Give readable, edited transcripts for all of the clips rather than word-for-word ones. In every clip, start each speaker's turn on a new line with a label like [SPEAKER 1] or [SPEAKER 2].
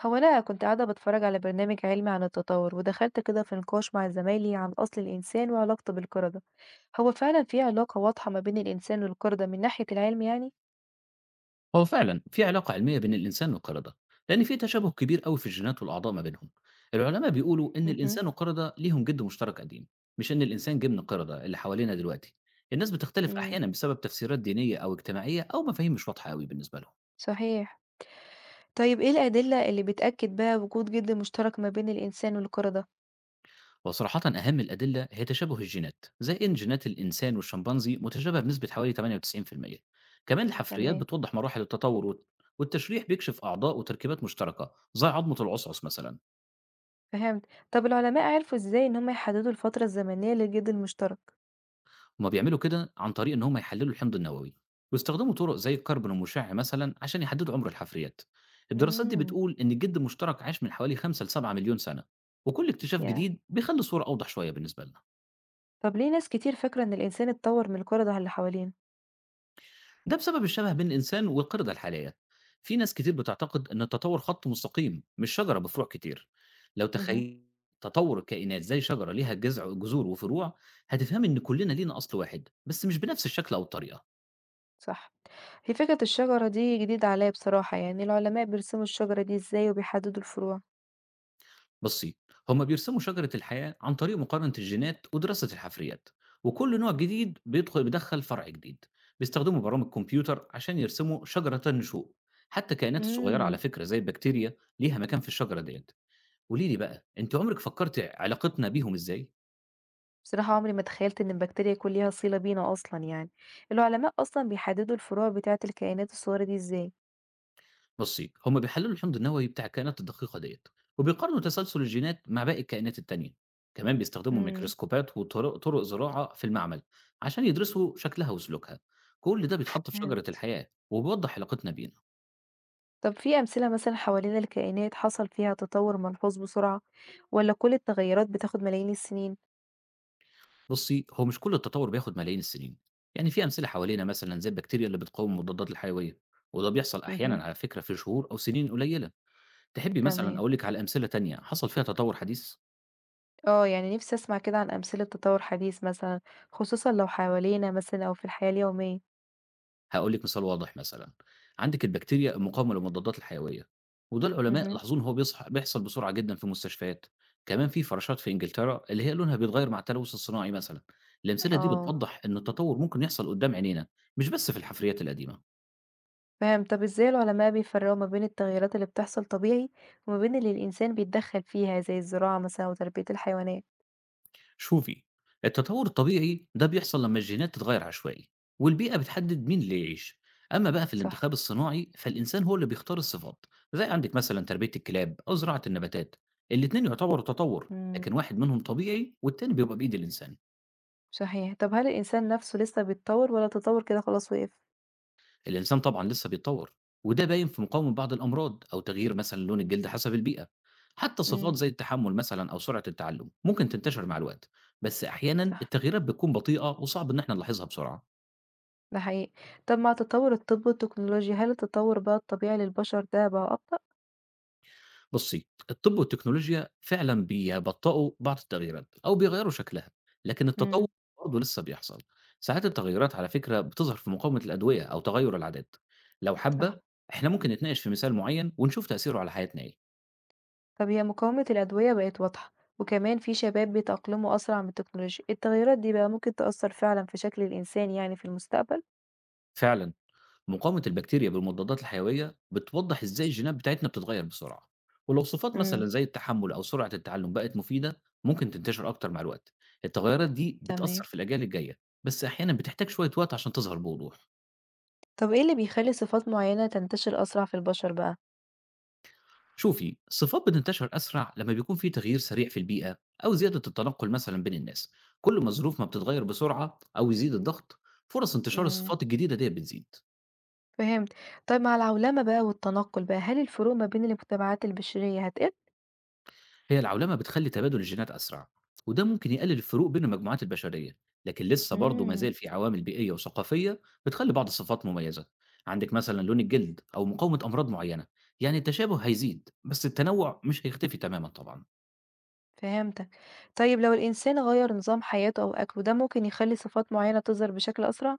[SPEAKER 1] هو أنا كنت قاعدة باتفرج على برنامج علمي عن التطور ودخلت كده في نقاش مع زمايلي عن أصل الإنسان وعلاقته بالقردة. هو فعلا في علاقة واضحة ما بين الإنسان والقردة من ناحية العلم يعني؟
[SPEAKER 2] هو فعلا في علاقة علمية بين الإنسان والقردة، لأن في تشابه كبير قوي في الجينات والأعضاء ما بينهم. العلماء بيقولوا إن
[SPEAKER 1] مهم.
[SPEAKER 2] الإنسان والقردة ليهم جد مشترك قديم، مش إن الإنسان جه من القردة اللي حوالينا دلوقتي. الناس بتختلف
[SPEAKER 1] مم.
[SPEAKER 2] أحيانا بسبب تفسيرات دينية أو اجتماعية أو مفاهيم مش واضحة قوي بالنسبة لهم.
[SPEAKER 1] صحيح. طيب إيه الأدلة اللي بتأكد بقى وجود جد مشترك ما بين الإنسان والقردة؟
[SPEAKER 2] وصراحة أهم الأدلة هي تشابه الجينات، زي إن جينات الإنسان والشمبانزي متشابهة بنسبة حوالي 98%. كمان الحفريات
[SPEAKER 1] تمام.
[SPEAKER 2] بتوضح مراحل التطور، والتشريح بيكشف أعضاء وتركيبات مشتركة زي عظمة العصعص مثلا.
[SPEAKER 1] فهمت. طب العلماء عرفوا إزاي إن هم يحددوا الفترة الزمنية للجد المشترك؟
[SPEAKER 2] هما بيعملوا كده عن طريق إن هما يحللوا الحمض النووي، ويستخدموا طرق زي الكربون المشع مثلا عشان يحددوا عمر الحفريات. الدراسات دي
[SPEAKER 1] مم.
[SPEAKER 2] بتقول إن الجلد المشترك عاش من حوالي 5 ل 7 مليون سنة، وكل اكتشاف
[SPEAKER 1] يا
[SPEAKER 2] جديد بيخلي الصورة أوضح شوية بالنسبة لنا.
[SPEAKER 1] طب ليه ناس كتير فاكرة إن الإنسان اتطور من القردة اللي حوالينا؟
[SPEAKER 2] ده بسبب الشبه بين الإنسان والقردة الحالية. في ناس كتير بتعتقد إن التطور خط مستقيم، مش شجرة بفروع كتير. لو
[SPEAKER 1] مهم.
[SPEAKER 2] تخيل تطور الكائنات زي شجرة ليها جذع، جذور وفروع، هتفهم إن كلنا لينا أصل واحد، بس مش بنفس الشكل أو الطريقة.
[SPEAKER 1] صح. هي فكرة الشجرة دي جديدة عليَّ بصراحة، يعني العلماء بيرسموا الشجرة دي إزاي وبيحددوا الفروع؟
[SPEAKER 2] بصي، هما بيرسموا شجرة الحياة عن طريق مقارنة الجينات ودراسة الحفريات، وكل نوع جديد بيدخل فرع جديد. بيستخدموا برامج كمبيوتر عشان يرسموا شجرة النشوء. حتى الكائنات الصغيرة على
[SPEAKER 1] إمم،
[SPEAKER 2] فكرة زي البكتيريا ليها مكان في الشجرة ديت. قولي لي بقى، انت عمرك فكرت علاقتنا بيهم ازاي؟
[SPEAKER 1] بصراحة عمري ما تخيّلت إن البكتيريا يكون ليها صِلة بينا أصلًا يعني، العلماء أصلًا بيحددوا الفروع بتاعة الكائنات الصغيرة دي إزاي؟
[SPEAKER 2] بُصّي، هم بيحلّلوا الحمض النووي بتاع الكائنات الدقيقة ديّة، وبيقارنوا تسلسل الجينات مع باقي الكائنات التانية، كمان بيستخدموا
[SPEAKER 1] إمم،
[SPEAKER 2] ميكروسكوبات وطرق زراعة في المعمل عشان يدرسوا شكلها وسلوكها. كل ده بيتحط في شجرة
[SPEAKER 1] فهمت.
[SPEAKER 2] الحياة وبيوضّح علاقتنا بينا.
[SPEAKER 1] طب في أمثلة مثلًا حوالين الكائنات حصل فيها تطوّر ملحوظ بسرعة، والّا كل التغيّرات بتاخد ملايين السنين؟
[SPEAKER 2] بُصّي، هو مش كل التطور بياخد ملايين السنين، يعني في أمثلة حوالينا مثلًا زي البكتيريا اللي بتقاوم المضادات الحيوية، وده بيحصل
[SPEAKER 1] اهم.
[SPEAKER 2] أحيانًا على فكرة في شهور أو سنين قليلة. تحبّي مثلًا
[SPEAKER 1] تمام.
[SPEAKER 2] أقول لِك على أمثلة تانية حصل فيها تطور حديث؟
[SPEAKER 1] آه، يعني نِفْسي أسمع كده عن أمثلة تطوّر حديث مثلًا، خصوصًا لو حوالينا مثلًا أو في الحياة اليومية.
[SPEAKER 2] هاقول لِك مثال واضح مثلًا، عندِك البكتيريا المقاومة للمضادات الحيوية، وده العلماء
[SPEAKER 1] اهم.
[SPEAKER 2] لاحظوا إن هو بيحصل بسرعة جدًا في المستشفيات. كمان في فراشات في إنجلترا اللي هي لونها بيتغير مع التلوث الصناعي مثلًا. الأمثلة دي
[SPEAKER 1] آه.
[SPEAKER 2] بتوضح إن التطور ممكن يحصل قدام عينينا، مش بس في الحفريات القديمة.
[SPEAKER 1] فاهم. طب ازاي العلماء بيفرقوا ما بين التغيرات اللي بتحصل طبيعي وما بين اللي الإنسان بيتدخل فيها زي الزراعة مثلا وتربية الحيوانات؟
[SPEAKER 2] شوفي، التطور الطبيعي ده بيحصل لما الجينات تتغير عشوائي، والبيئة بتحدد مين اللي يعيش. أما بقى في
[SPEAKER 1] صح.
[SPEAKER 2] الانتخاب الصناعي، فالإنسان هو اللي بيختار الصفات، زي عندك مثلا تربية الكلاب أو زراعة النباتات. الاتنين يعتبروا تطور، لكن
[SPEAKER 1] امم.
[SPEAKER 2] واحد منهم طبيعي والتاني بيبقى بإيد الإنسان.
[SPEAKER 1] صحيح. طب هل الإنسان نفسه لسه بيتطور ولا التطور كده خلاص وقف؟
[SPEAKER 2] الإنسان طبعا لسه بيتطور، وده باين في مقاومة بعض الأمراض أو تغيير مثلا لون الجلد حسب البيئة. حتى صفات
[SPEAKER 1] امم.
[SPEAKER 2] زي التحمل مثلا أو سرعة التعلم ممكن تنتشر مع الوقت، بس أحيانا
[SPEAKER 1] صح.
[SPEAKER 2] التغييرات بتكون بطيئة وصعب إن احنا نلاحظها بسرعة.
[SPEAKER 1] ده حقيقي. طب مع تطور الطب والتكنولوجيا هل التطور بقى الطبيعي للبشر ده بقى أبطأ؟
[SPEAKER 2] بُصّي، الطب والتكنولوجيا فعلًا بيبطئوا بعض التغييرات أو بيغيّروا شكلها، لكن التطوّر
[SPEAKER 1] امم.
[SPEAKER 2] برضه لسه بيحصل. ساعات التغيّرات على فكرة بتظهر في مقاومة الأدوية أو تغيُّر العادات. لو
[SPEAKER 1] صح.
[SPEAKER 2] حابة، إحنا ممكن نتناقش في مثال معيّن ونشوف تأثيره على حياتنا إيه.
[SPEAKER 1] طب هي مقاومة الأدوية بقت واضحة، وكمان في شباب بيتأقلموا أسرع من التكنولوجيا، التغيرات دي بقى ممكن تأثر فعلا في شكل الإنسان يعني في المستقبل؟
[SPEAKER 2] فعلًا مقاومة البكتيريا بالمضادات الحيوية بتوضّح إزاي الجينات بتاعتنا بتتغيّر بسرعة، ولو صفات
[SPEAKER 1] امم.
[SPEAKER 2] مثلًا زي التحمُّل أو سرعة التعلُّم بقت مفيدة، ممكن تنتشر أكتر مع الوقت. التغيّرات دي بتأثّر
[SPEAKER 1] تمام.
[SPEAKER 2] في الأجيال الجاية، بس أحيانًا بتحتاج شوية وقت عشان تظهر بوضوح.
[SPEAKER 1] طب إيه اللي بيخلّي صفات معيّنة تنتشر أسرع في البشر بقى؟
[SPEAKER 2] شوفي، الصفات بتنتشر أسرع لما بيكون في تغيير سريع في البيئة، أو زيادة التنقل مثلا بين الناس. كل ما الظروف ما بتتغير بسرعة أو يزيد الضغط، فرص انتشار
[SPEAKER 1] إمم،
[SPEAKER 2] الصفات الجديدة دي بتزيد.
[SPEAKER 1] فهمت. طيب مع العولمة بقى والتنقل بقى، هل الفروق ما بين المجتمعات البشرية هتقل؟
[SPEAKER 2] هي العولمة بتخلي تبادل الجينات أسرع، وده ممكن يقلل الفروق بين المجموعات البشرية، لكن لسه برضه ما
[SPEAKER 1] إمم،
[SPEAKER 2] زال في عوامل بيئية وثقافية بتخلي بعض الصفات مميزة. عندك مثلا لون الجلد أو مقاومة أمراض معينة. يعني التشابه هيزيد، بس التنوع مش هيختفي تماما طبعا.
[SPEAKER 1] فهمتك. طيب لو الإنسان غيّر نظام حياته أو أكله، ده ممكن يخلّي صفات معيّنة تظهر بشكل أسرع؟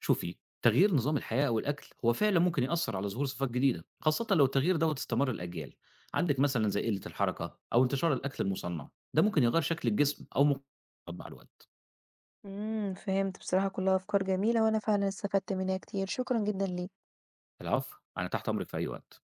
[SPEAKER 2] شوفي، تغيير نظام الحياة أو الأكل هو فعلا ممكن يأثر على ظهور صفات جديدة، خاصة لو التغيير دوت استمر الأجيال. عندك مثلا زي قلة الحركة أو انتشار الأكل المصنع، ده ممكن يغير شكل الجسم أو مع الوقت.
[SPEAKER 1] إمم، فهمت. بصراحة كلّها أفكار جميلة، وأنا فعلًا استفدت منها كتير، شكرًا جدًا ليك.
[SPEAKER 2] العفو، أنا تحت أمرك في أي وقت.